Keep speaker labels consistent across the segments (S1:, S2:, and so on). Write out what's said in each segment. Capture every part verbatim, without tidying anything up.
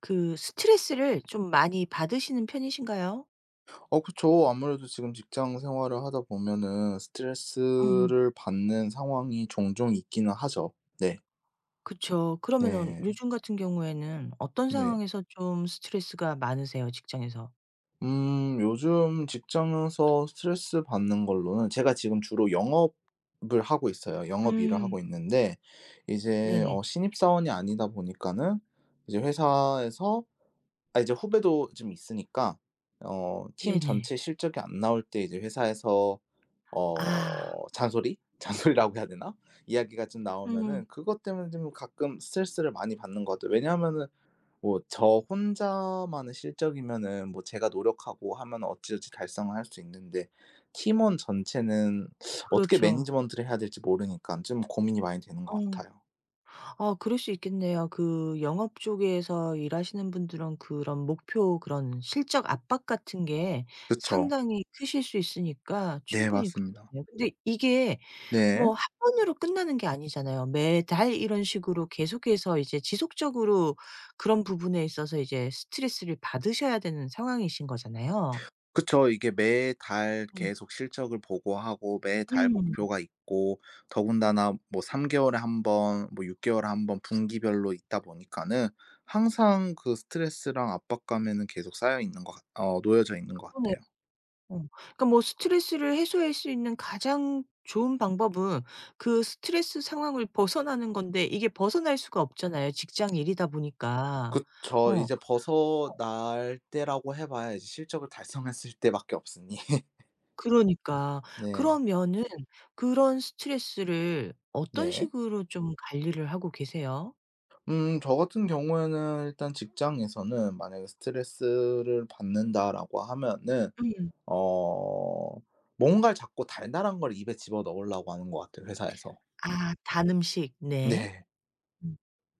S1: 그 스트레스를 좀 많이 받으시는 편이신가요?
S2: 어 그쵸. 아무래도 지금 직장 생활을 하다 보면은
S1: 음.
S2: 스트레스를 받는 상황이 종종 있기는 하죠. 네.
S1: 그쵸. 그러면은
S2: 네.
S1: 요즘 같은 경우에는 어떤
S2: 네.
S1: 상황에서 좀 스트레스가 많으세요, 직장에서?
S2: 음 요즘 직장에서 스트레스 받는 걸로는 제가 지금 주로 영업을 하고 있어요. 영업 일을
S1: 음.
S2: 하고 있는데 이제
S1: 네네.
S2: 어 신입사원이 아니다 보니까는 이제 회사에서 아 이제 후배도 좀 있으니까 어 팀
S1: 네네.
S2: 전체 실적이 안 나올 때 이제 회사에서
S1: 아.
S2: 어 잔소리? 잔소리라고 해야 되나? 이야기가 좀
S1: 음.
S2: 나오면은 그것 때문에 좀 가끔 스트레스를 많이 받는 것 같아요. 왜냐하면은 뭐 저 혼자만의 실적이면은 뭐 제가 노력하고 하면 어찌저찌 달성을 할 수 있는데 팀원 전체는 어떻게
S1: 그렇죠.
S2: 매니지먼트를 해야 될지 모르니까 좀 고민이 많이 되는 것
S1: 어.
S2: 같아요.
S1: 아, 그럴 수 있겠네요. 그 영업 쪽에서 일하시는 분들은 그런 목표 그런 실적 압박 같은 게
S2: 그쵸.
S1: 상당히 크실 수 있으니까
S2: 네
S1: 충분히
S2: 맞습니다.
S1: 그렇겠네요. 근데 이게
S2: 네.
S1: 뭐 한 번으로 끝나는 게 아니잖아요. 매달 이런 식으로 계속해서 이제 지속적으로 그런 부분에 있어서 이제 스트레스를 받으셔야 되는 상황이신 거잖아요.
S2: 그쵸. 이게 매달
S1: 음.
S2: 계속 실적을 보고하고 매달
S1: 음.
S2: 목표가 있고 더군다나 뭐 삼 개월에 한번뭐 육 개월에 한번 분기별로 있다 보니까는 항상 그 스트레스랑 압박감에는 계속 쌓여 있는 것 같 어 놓여져 있는 것
S1: 그러네요.
S2: 같아요.
S1: 어. 그러니까 뭐 스트레스를 해소할 수 있는 가장 좋은 방법은 그 스트레스 상황을 벗어나는 건데 이게 벗어날 수가 없잖아요, 직장 일이다 보니까.
S2: 그쵸.
S1: 어
S2: 이제 벗어날 때라고 해 봐야 이제 실적을 달성했을 때밖에 없으니.
S1: 그러니까.
S2: 네.
S1: 그러면은 그런 스트레스를 어떤
S2: 네.
S1: 식으로 좀 관리를 하고 계세요?
S2: 음 저 같은 경우에는 일단 직장에서는 만약에 스트레스를 받는다라고 하면은
S1: 음.
S2: 어 뭔가를 자꾸 달달한 걸 입에 집어넣으려고 하는 것 같아요 회사에서.
S1: 아 단 음식. 네.
S2: 네.
S1: 음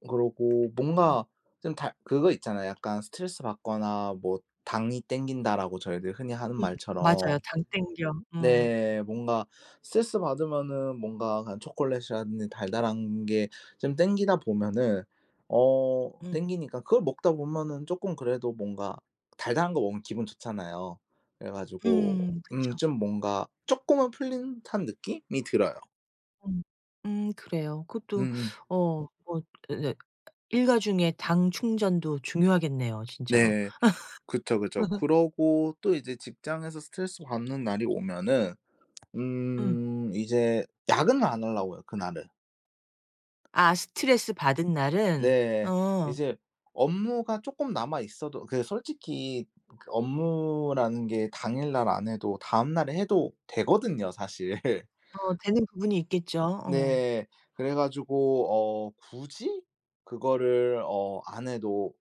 S2: 그러고
S1: 음.
S2: 뭔가 좀 달 그거 있잖아요. 약간 스트레스받거나 뭐 "당이 땡긴다."라고 저희들 흔히 하는
S1: 음. 맞아요.
S2: 말처럼.
S1: 당 땡겨. 음.
S2: 네. 뭔가 스트레스 받으면은 뭔가 그냥 초콜릿이라든지 달달한 게 좀 당기다 보면은 어
S1: 음.
S2: 당기니까 그걸 먹다 보면은 쪼끔 그래도 뭔가 달달한 거 먹으면 기분 좋잖아요. 그래 가지고
S1: 음
S2: 음
S1: 그쵸.
S2: 좀 뭔가 쪼끔은 풀린 듯한 느낌이 들어요.
S1: 음. 음 그래요. 그것도
S2: 음음.
S1: 어 뭐 으 일과 중에 당 충전도 중요하겠네요 진짜로.
S2: 네. 그쵸, 그쵸. 그러고 또 이제 직장에서 스트레스 받는 날이 오면은
S1: 음.
S2: 음 이제 야근을 안 하려고 해요, 그날은.
S1: 아 스트레스 받은 날은
S2: 네.
S1: 어
S2: 이제 업무가 쪼끔 남아 있어도 그 솔직히 그 업무라는 게 당일날 안 해도 다음날에 해도 되거든요 사실.
S1: 어 되는 부분이 있겠죠. 어.
S2: 네. 그래 가지고 어 굳이 그거를 어 안 해도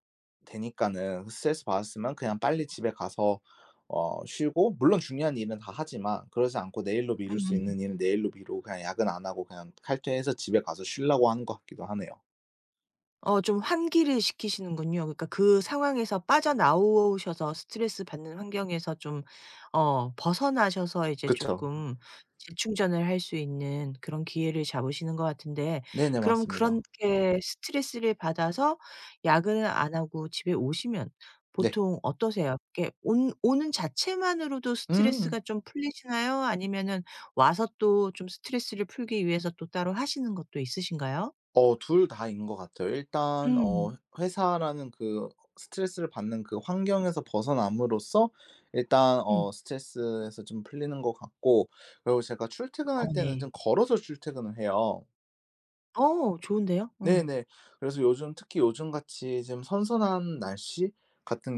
S2: 되니까는 스트레스 받았으면 그냥 빨리 집에 가서 어 쉬고 물론 중요한 일은 다 하지만 그러지 않고 내일로 미룰 수
S1: 음음.
S2: 있는 일은 내일로 미루고 그냥 야근 안 하고 그냥 칼퇴해서 집에 가서 쉬려고 하는 것 같기도 하네요.
S1: 어 좀 환기를 시키시는군요. 그러니까 그 상황에서 빠져나오셔서 스트레스 받는 환경에서 좀 어 벗어나셔서 이제
S2: 그쵸.
S1: 조금 재충전을 할 수 있는 그런 기회를 잡으시는 것 같은데
S2: 네네.
S1: 그럼
S2: 맞습니다.
S1: 그렇게 스트레스를 받아서 야근을 안 하고 집에 오시면
S2: 네.
S1: 보통 어떠세요? 이렇게 온 오는 자체만으로도
S2: 음.
S1: 스트레스가 좀 풀리시나요? 아니면은 와서 또 좀 스트레스를 풀기 위해서 또 따로 하시는 것도 있으신가요?
S2: 어 둘 다인 것 같아요. 일단
S1: 음.
S2: 어 회사라는 그 스트레스를 받는 그 환경에서 벗어남으로써 일단
S1: 음.
S2: 어 스트레스에서 좀 풀리는 것 같고. 그리고 제가 출퇴근할
S1: 어
S2: 때는
S1: 네.
S2: 좀 걸어서 출퇴근을 해요.
S1: 어 좋은데요? 어.
S2: 네네. 그래서 요즘 특히 요즘같이 좀 선선한 날씨 같은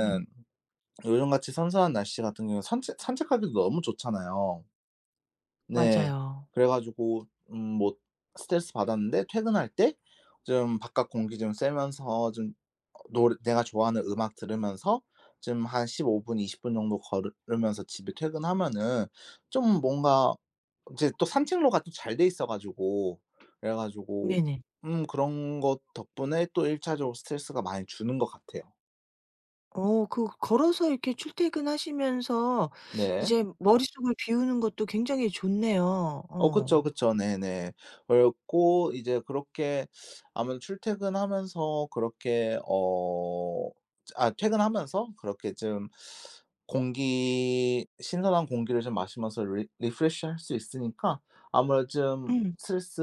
S1: 음.
S2: 요즘같이 선선한 날씨 같은 경우는 산책 산책하기도 너무 좋잖아요. 네.
S1: 맞아요.
S2: 그래 가지고 음 뭐 스트레스 받았는데 퇴근할 때 좀 바깥 공기 좀 쐬면서 좀 어 노래 내가 좋아하는 음악 들으면서 좀 한 십오 분 이십 분 정도 걸으면서 집에 퇴근하면은 좀 뭔가 이제 또 산책로가 또 잘 돼 있어 가지고. 그래 가지고
S1: 네네.
S2: 음 그런 것 덕분에 또 일 차적으로 스트레스가 많이 주는 것 같아요.
S1: 어 그 걸어서 이렇게 출퇴근하시면서
S2: 네.
S1: 이제 머릿속을 비우는 것도 굉장히 좋네요.
S2: 어
S1: 어.
S2: 그쵸, 그쵸. 네네. 그랬고 이제 그렇게 아무래도 출퇴근하면서 그렇게 어 아 퇴근하면서 그렇게 좀 공기 신선한 공기를 좀 마시면서 리 리프레시할 수 있으니까 아무래도 좀
S1: 음.
S2: 스트레스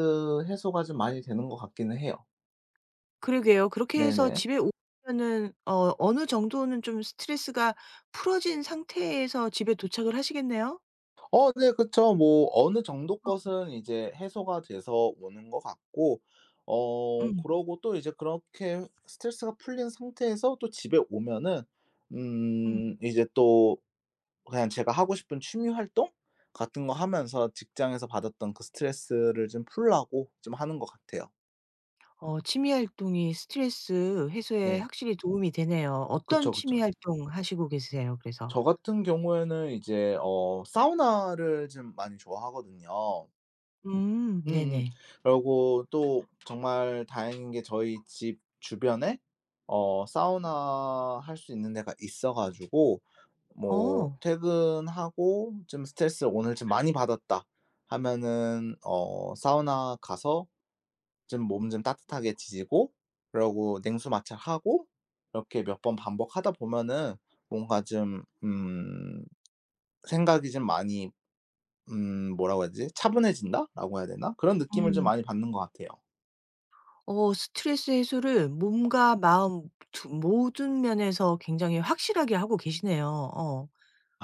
S2: 해소가 좀 많이 되는 것 같기는 해요.
S1: 그러게요. 그렇게 해서
S2: 네네.
S1: 집에 오면은 어 어느 정도는 좀 스트레스가 풀어진 상태에서 집에 도착을 하시겠네요?
S2: 어 네 그쵸. 뭐 어느 정도 것은 이제 해소가 돼서 오는 것 같고. 어
S1: 음.
S2: 그러고 또 이제 그렇게 스트레스가 풀린 상태에서 또 집에 오면은
S1: 음.
S2: 음 이제 또 그냥 제가 하고 싶은 취미 활동 같은 거 하면서 직장에서 받았던 그 스트레스를 좀 풀라고 좀 하는 것 같아요.
S1: 어 취미 활동이 스트레스 해소에
S2: 네.
S1: 확실히 도움이 되네요. 어떤
S2: 그쵸, 그쵸.
S1: 취미 활동 하시고 계세요 그래서?
S2: 저 같은 경우에는 이제 어 사우나를 좀 많이 좋아하거든요.
S1: 음
S2: 음음.
S1: 네네.
S2: 그러고 또 정말 다행인 게 저희 집 주변에 어 사우나 할 수 있는 데가 있어 가지고 뭐
S1: 어.
S2: 퇴근하고 좀 스트레스를 '오늘 좀 많이 받았다.' 하면은 어 사우나 가서 좀 몸 좀 따뜻하게 지지고 그러고 냉수 마찰하고 이렇게 몇 번 반복하다 보면은 뭔가 좀 음 생각이 좀 많이 음 뭐라고 해야 되지? '차분해진다.'라고 해야 되나? 그런 느낌을 좀
S1: 네.
S2: 많이 받는 것 같아요.
S1: 어 스트레스 해소를 몸과 마음 두 모든 면에서 굉장히 확실하게 하고 계시네요. 어.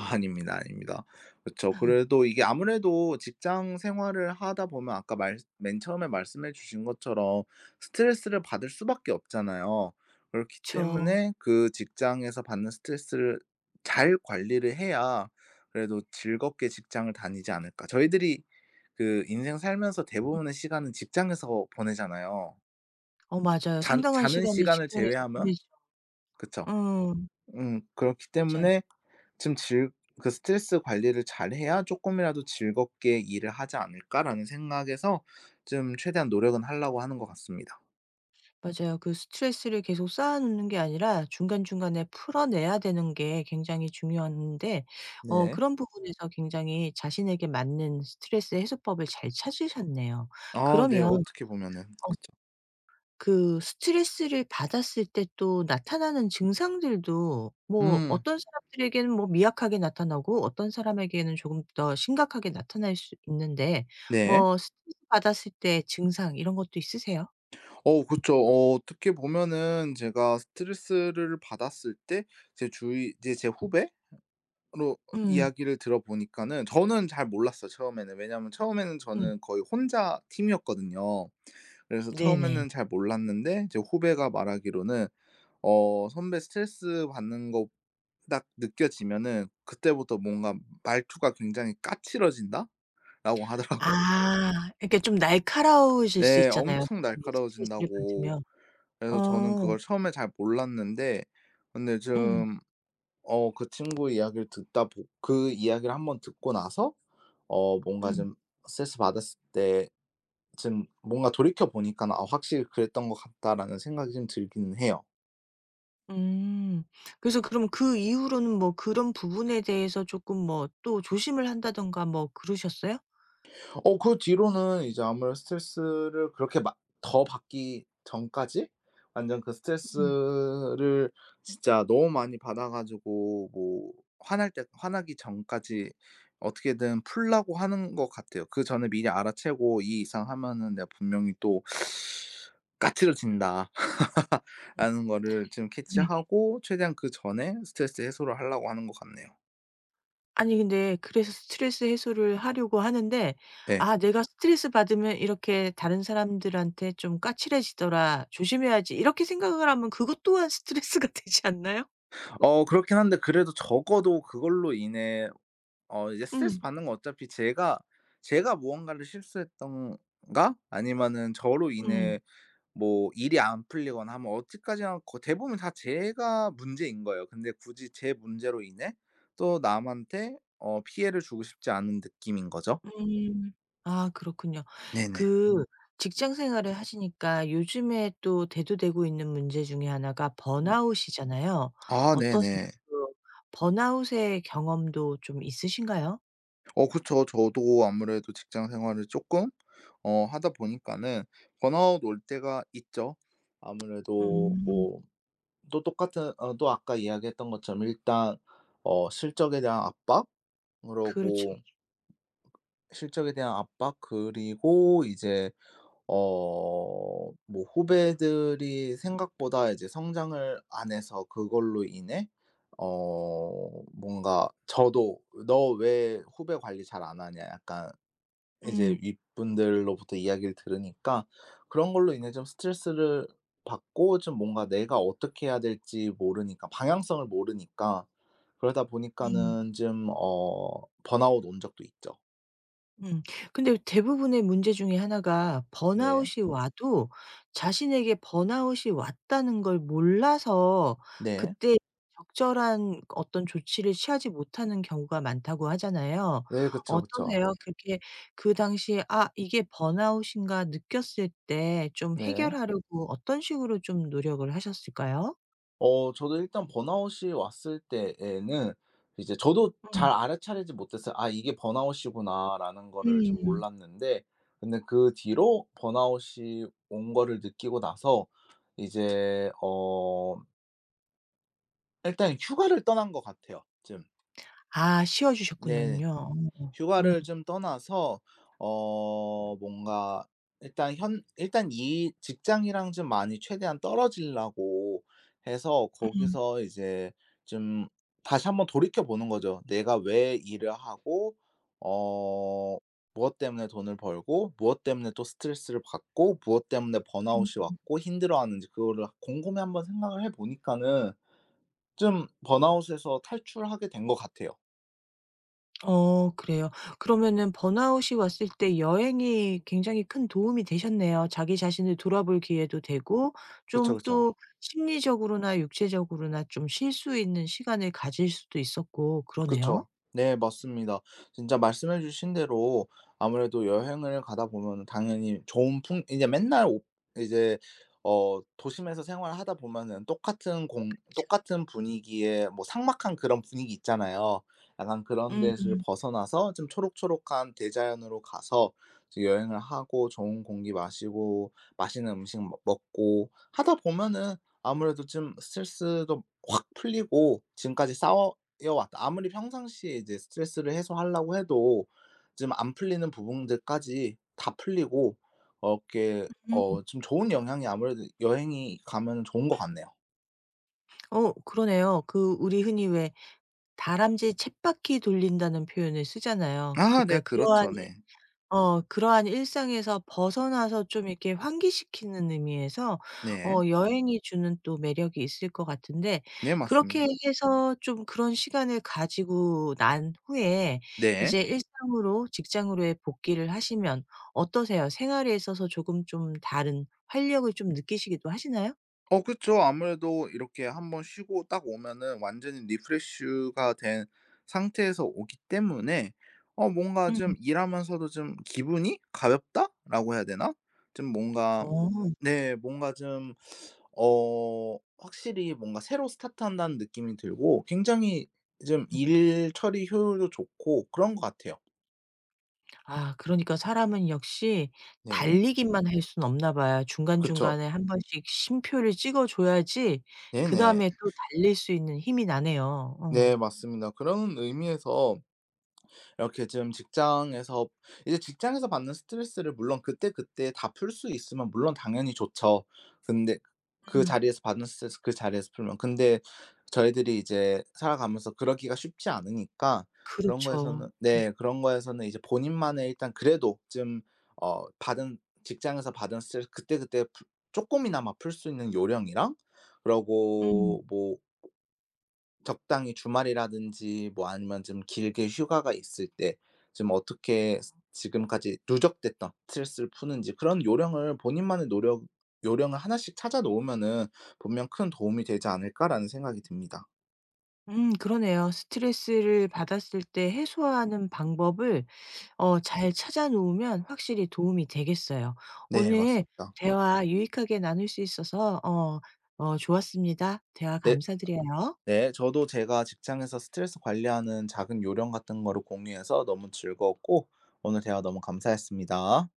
S2: 아, 아닙니다, 아닙니다. 그렇죠. 그래도 이게 아무래도 직장 생활을 하다 보면 아까 말 맨 처음에 말씀해 주신 것처럼 스트레스를 받을 수밖에 없잖아요. 그렇기
S1: 그쵸.
S2: 때문에 그 직장에서 받는 스트레스를 잘 관리를 해야 그래도 즐겁게 직장을 다니지 않을까. 저희들이 그 인생 살면서
S1: 음.
S2: 대부분의 시간은 직장에서 보내잖아요.
S1: 어 맞아요.
S2: 잔
S1: 상당한
S2: 자는
S1: 시간을
S2: 시간을
S1: 직장에서
S2: 제외하면.
S1: 보내죠.
S2: 그쵸.
S1: 음.
S2: 음 그렇기
S1: 맞아요.
S2: 때문에 좀 즐 그 '스트레스 관리를 잘해야 쪼끔이라도 즐겁게 일을 하지 않을까.'라는 생각에서 좀 최대한 노력은 하려고 하는 것 같습니다.
S1: 맞아요. 그 스트레스를 계속 쌓아 놓는 게 아니라 중간중간에 풀어내야 되는 게 굉장히 중요한데 어
S2: 네.
S1: 그런 부분에서 굉장히 자신에게 맞는 스트레스 해소법을 잘 찾으셨네요.
S2: 아 네.
S1: 그러면
S2: 어떻게 보면은
S1: 어
S2: 그쵸.
S1: 그 스트레스를 받았을 때 또 나타나는 증상들도 뭐
S2: 음
S1: 어떤 사람들에게는 뭐 미약하게 나타나고 어떤 사람에게는 조금 더 심각하게 나타날 수 있는데
S2: 네.
S1: 뭐 스트레스 받았을 때 증상 이런 것도 있으세요?
S2: 어 그쵸. 어 어떻게 보면은 제가 스트레스를 받았을 때 제 주위 이제 제 후배로
S1: 음.
S2: 이야기를 들어보니까는 저는 잘 몰랐어요 처음에는. 왜냐하면 처음에는
S1: 음.
S2: 저는 거의 혼자 팀이었거든요. 그래서
S1: 네네.
S2: 처음에는 잘 몰랐는데 제 후배가 말하기로는 어 선배 스트레스 받는 거 딱 느껴지면은 그때부터 뭔가 '말투가 굉장히 까칠해진다.'라고 하더라고요.
S1: 아, 이렇게 좀 날카로우실 수
S2: 네.
S1: 있잖아요,
S2: 엄청
S1: 사람이 스트레스를
S2: 날카로워진다고.
S1: 받으면.
S2: 그래서 저는
S1: 어.
S2: 그걸 처음에 잘 몰랐는데 근데
S1: 음.
S2: 좀 어 그 친구 이야기를 듣다 보 그 이야기를 한번 듣고 나서 어 뭔가
S1: 음.
S2: 좀 스트레스 받았을 때 좀 뭔가 돌이켜 보니까는 '아 확실히 그랬던 것 같다.'라는 생각이 좀 들기는 해요.
S1: 음. 그래서 그럼 그 이후로는 뭐 그런 부분에 대해서 조금 뭐 또 조심을 한다든가 뭐 그러셨어요?
S2: 어 그 뒤로는 이제 아무래도 스트레스를 그렇게 막 더 받기 전까지 완전 그
S1: 음.
S2: 스트레스를 진짜 너무 많이 받아 가지고 뭐 화날 때 화나기 전까지 어떻게든 풀려고 하는 것 같아요. 그전에 미리 알아채고 '이 이상 하면은 내가 분명히 또 까칠해진다.' 라는 거를 지금
S1: 음 네.
S2: 캐치하고 최대한 그전에 스트레스 해소를 하려고 하는 것 같네요.
S1: 아니, 근데 그래서 스트레스 해소를 하려고 하는데
S2: 네.
S1: '아 내가 스트레스 받으면 이렇게 다른 사람들한테 좀 까칠해지더라. 조심해야지.' 이렇게 생각을 하면 그것 또한 스트레스가 되지 않나요?
S2: 어 그렇긴 한데 그래도 적어도 그걸로 인해 어 이제 스트레스
S1: 음.
S2: 받는 건 어차피 제가 제가 무언가를 실수했던가 아니면은 저로
S1: 음.
S2: 인해 뭐 일이 안 풀리거나 하면 어디까지나 거 대부분 다 제가 문제인 거예요. 근데 굳이 제 문제로 인해 또 남한테 어 피해를 주고 싶지 않은 느낌인 거죠.
S1: 음. 아, 그렇군요.
S2: 네네.
S1: 그 직장 생활을 하시니까 요즘에 또 대두되고 있는 문제 중에 하나가
S2: 음.
S1: 번아웃이잖아요.
S2: 아
S1: 어떠세요?
S2: 네네.
S1: 그 번아웃의 경험도 좀 있으신가요?
S2: 어 그쵸. 저도 아무래도 직장 생활을 조금 어 하다 보니까는 번아웃 올 때가 있죠. 아무래도
S1: 음.
S2: 뭐 또 똑같은 어 또 아까 이야기했던 것처럼 일단 어 실적에 대한 압박
S1: 그렇죠.
S2: 그러고 실적에 대한 압박 그리고 이제 어 뭐 후배들이 생각보다 이제 성장을 안 해서 그걸로 인해 어 뭔가 저도 "너 왜 후배 관리 잘 안 하냐." 약간 이제
S1: 음.
S2: 윗분들로부터 이야기를 들으니까 그런 걸로 인해 좀 스트레스를 받고 좀 뭔가 내가 어떻게 해야 될지 모르니까 방향성을 모르니까 그러다
S1: 음.
S2: 보니까는 좀 어 번아웃 온 적도 있죠.
S1: 음. 근데 대부분의 문제 중에 하나가
S2: 네.
S1: 번아웃이 와도 자신에게 번아웃이 왔다는 걸 몰라서
S2: 네.
S1: 그때 적절한 어떤 조치를 취하지 못하는 경우가 많다고 하잖아요.
S2: 네. 그쵸, 그쵸.
S1: 어떠세요? 그렇게 그 당시에 '아 이게 번아웃인가.' 느꼈을 때 좀
S2: 네.
S1: 해결하려고 어떤 식으로 좀 노력을 하셨을까요?
S2: 어 저도 일단 번아웃이 왔을 때에는 이제 저도 잘
S1: 음.
S2: 알아차리지 못했어요. '아 이게 번아웃이구나.'라는 거를 좀
S1: 음.
S2: 몰랐는데 근데 그 뒤로 번아웃이 온 거를 느끼고 나서 이제 어 일단 휴가를 떠난 것 같아요 좀.
S1: 아, 쉬어
S2: 네.
S1: 주셨군요. 어. 음.
S2: 휴가를 좀 떠나서 어 뭔가 일단 현 일단 이 직장이랑 좀 많이 최대한 떨어지려고 해서
S1: 음.
S2: 거기서 이제 좀 다시 한번 돌이켜 보는 거죠. '내가 왜 일을 하고 어 무엇 때문에 돈을 벌고 무엇 때문에 또 스트레스를 받고 무엇 때문에
S1: 음.
S2: 번아웃이 왔고 힘들어하는지.' 그거를 곰곰이 한번 생각을 해 보니까는 좀 번아웃에서 탈출하게 된 것 같아요.
S1: 어 그래요. 그러면은 번아웃이 왔을 때 여행이 굉장히 큰 도움이 되셨네요. 자기 자신을 돌아볼 기회도 되고
S2: 그쵸,
S1: 좀
S2: 그쵸.
S1: 또 심리적으로나 육체적으로나 좀 쉴 수 있는 시간을 가질 수도 있었고 그러네요.
S2: 그쵸. 네 맞습니다. 진짜 말씀해 주신 대로 아무래도 여행을 가다 보면은 당연히 좋은 풍 이제 맨날 오 이제 어 도심에서 생활을 하다 보면은 똑같은 공 똑같은 분위기에 뭐 삭막한 그런 분위기 있잖아요. 약간 그런
S1: 음.
S2: 데를 벗어나서 좀 초록초록한 대자연으로 가서 이제 여행을 하고 좋은 공기 마시고 맛있는 음식 먹 먹고 하다 보면은 아무래도 좀 스트레스도 확 풀리고 지금까지 쌓워 이어왔다. 아무리 평상시에 이제 스트레스를 해소하려고 해도 좀 안 풀리는 부분들까지 다 풀리고 어 이렇게 어 좀 좋은 영향이 아무래도 여행이 가면은 좋은 것 같네요.
S1: 어 그러네요. 그 우리 흔히 왜 다람쥐 챗바퀴 돌린다는 표현을 쓰잖아요.
S2: 아 네
S1: 그러니까 그러한
S2: 그렇죠. 네.
S1: 어 그러한 일상에서 벗어나서 좀 이렇게 환기시키는 의미에서 어
S2: 네.
S1: 여행이 주는 또 매력이 있을 것 같은데
S2: 네
S1: 그렇게
S2: 맞습니다.
S1: 해서 좀 그런 시간을 가지고 난 후에
S2: 네.
S1: 이제 일상으로 직장으로의 복귀를 하시면 어떠세요? 생활에 있어서 조금 좀 다른 활력을 좀 느끼시기도 하시나요?
S2: 어 그쵸. 아무래도 이렇게 한번 쉬고 딱 오면은 완전히 리프레시가 된 상태에서 오기 때문에 어 뭔가
S1: 음.
S2: 좀 일하면서도 좀 '기분이 가볍다.'라고 해야 되나? 좀 뭔가
S1: 어.
S2: 네 뭔가 좀 어 확실히 뭔가 새로 스타트한다는 느낌이 들고 굉장히 좀 일 처리 효율도 좋고 그런 것 같아요.
S1: 아, 그러니까 사람은 역시
S2: 네.
S1: 달리기만 할 수는 없나 봐요.
S2: 그쵸.
S1: 중간중간에 한 번씩 쉼표를 찍어 줘야지
S2: 네네.
S1: 그다음에 또 달릴 수 있는 힘이 나네요. 어.
S2: 네 맞습니다. 그런 의미에서 이렇게 지금 직장에서 이제 직장에서 받는 스트레스를 물론 그때그때 다 풀 수 있으면 물론 당연히 좋죠. 근데 그
S1: 음.
S2: 자리에서 받는 스트레스 그 자리에서 풀면. 근데 저희들이 이제 살아가면서 그러기가 쉽지 않으니까 그런
S1: 그렇죠.
S2: 거에서는
S1: 음.
S2: 네 그런 거에서는 이제 본인만의 일단 그래도 좀 어 받은 직장에서 받은 스트레스 그때그때 풀 쪼끔이나마 풀 수 있는 요령이랑
S1: 음.
S2: 그러고 뭐 적당히 주말이라든지 뭐 아니면 좀 길게 휴가가 있을 때 좀 어떻게 스 지금까지 누적됐던 스트레스를 푸는지 그런 요령을 본인만의 노력 요령을 하나씩 찾아 놓으면은 분명 큰 도움이 되지 않을까라는 생각이 듭니다.
S1: 음 그러네요. 스트레스를 받았을 때 해소하는 방법을 어 잘 찾아 놓으면 확실히 도움이 되겠어요.
S2: 네
S1: 오늘
S2: 맞습니다.
S1: 대화 유익하게 나눌 수 있어서 어 어 좋았습니다. 대화
S2: 네
S1: 감사드려요.
S2: 네. 저도 제가 직장에서 스트레스 관리하는 작은 요령 같은 거를 공유해서 너무 즐거웠고 오늘 대화 너무 감사했습니다.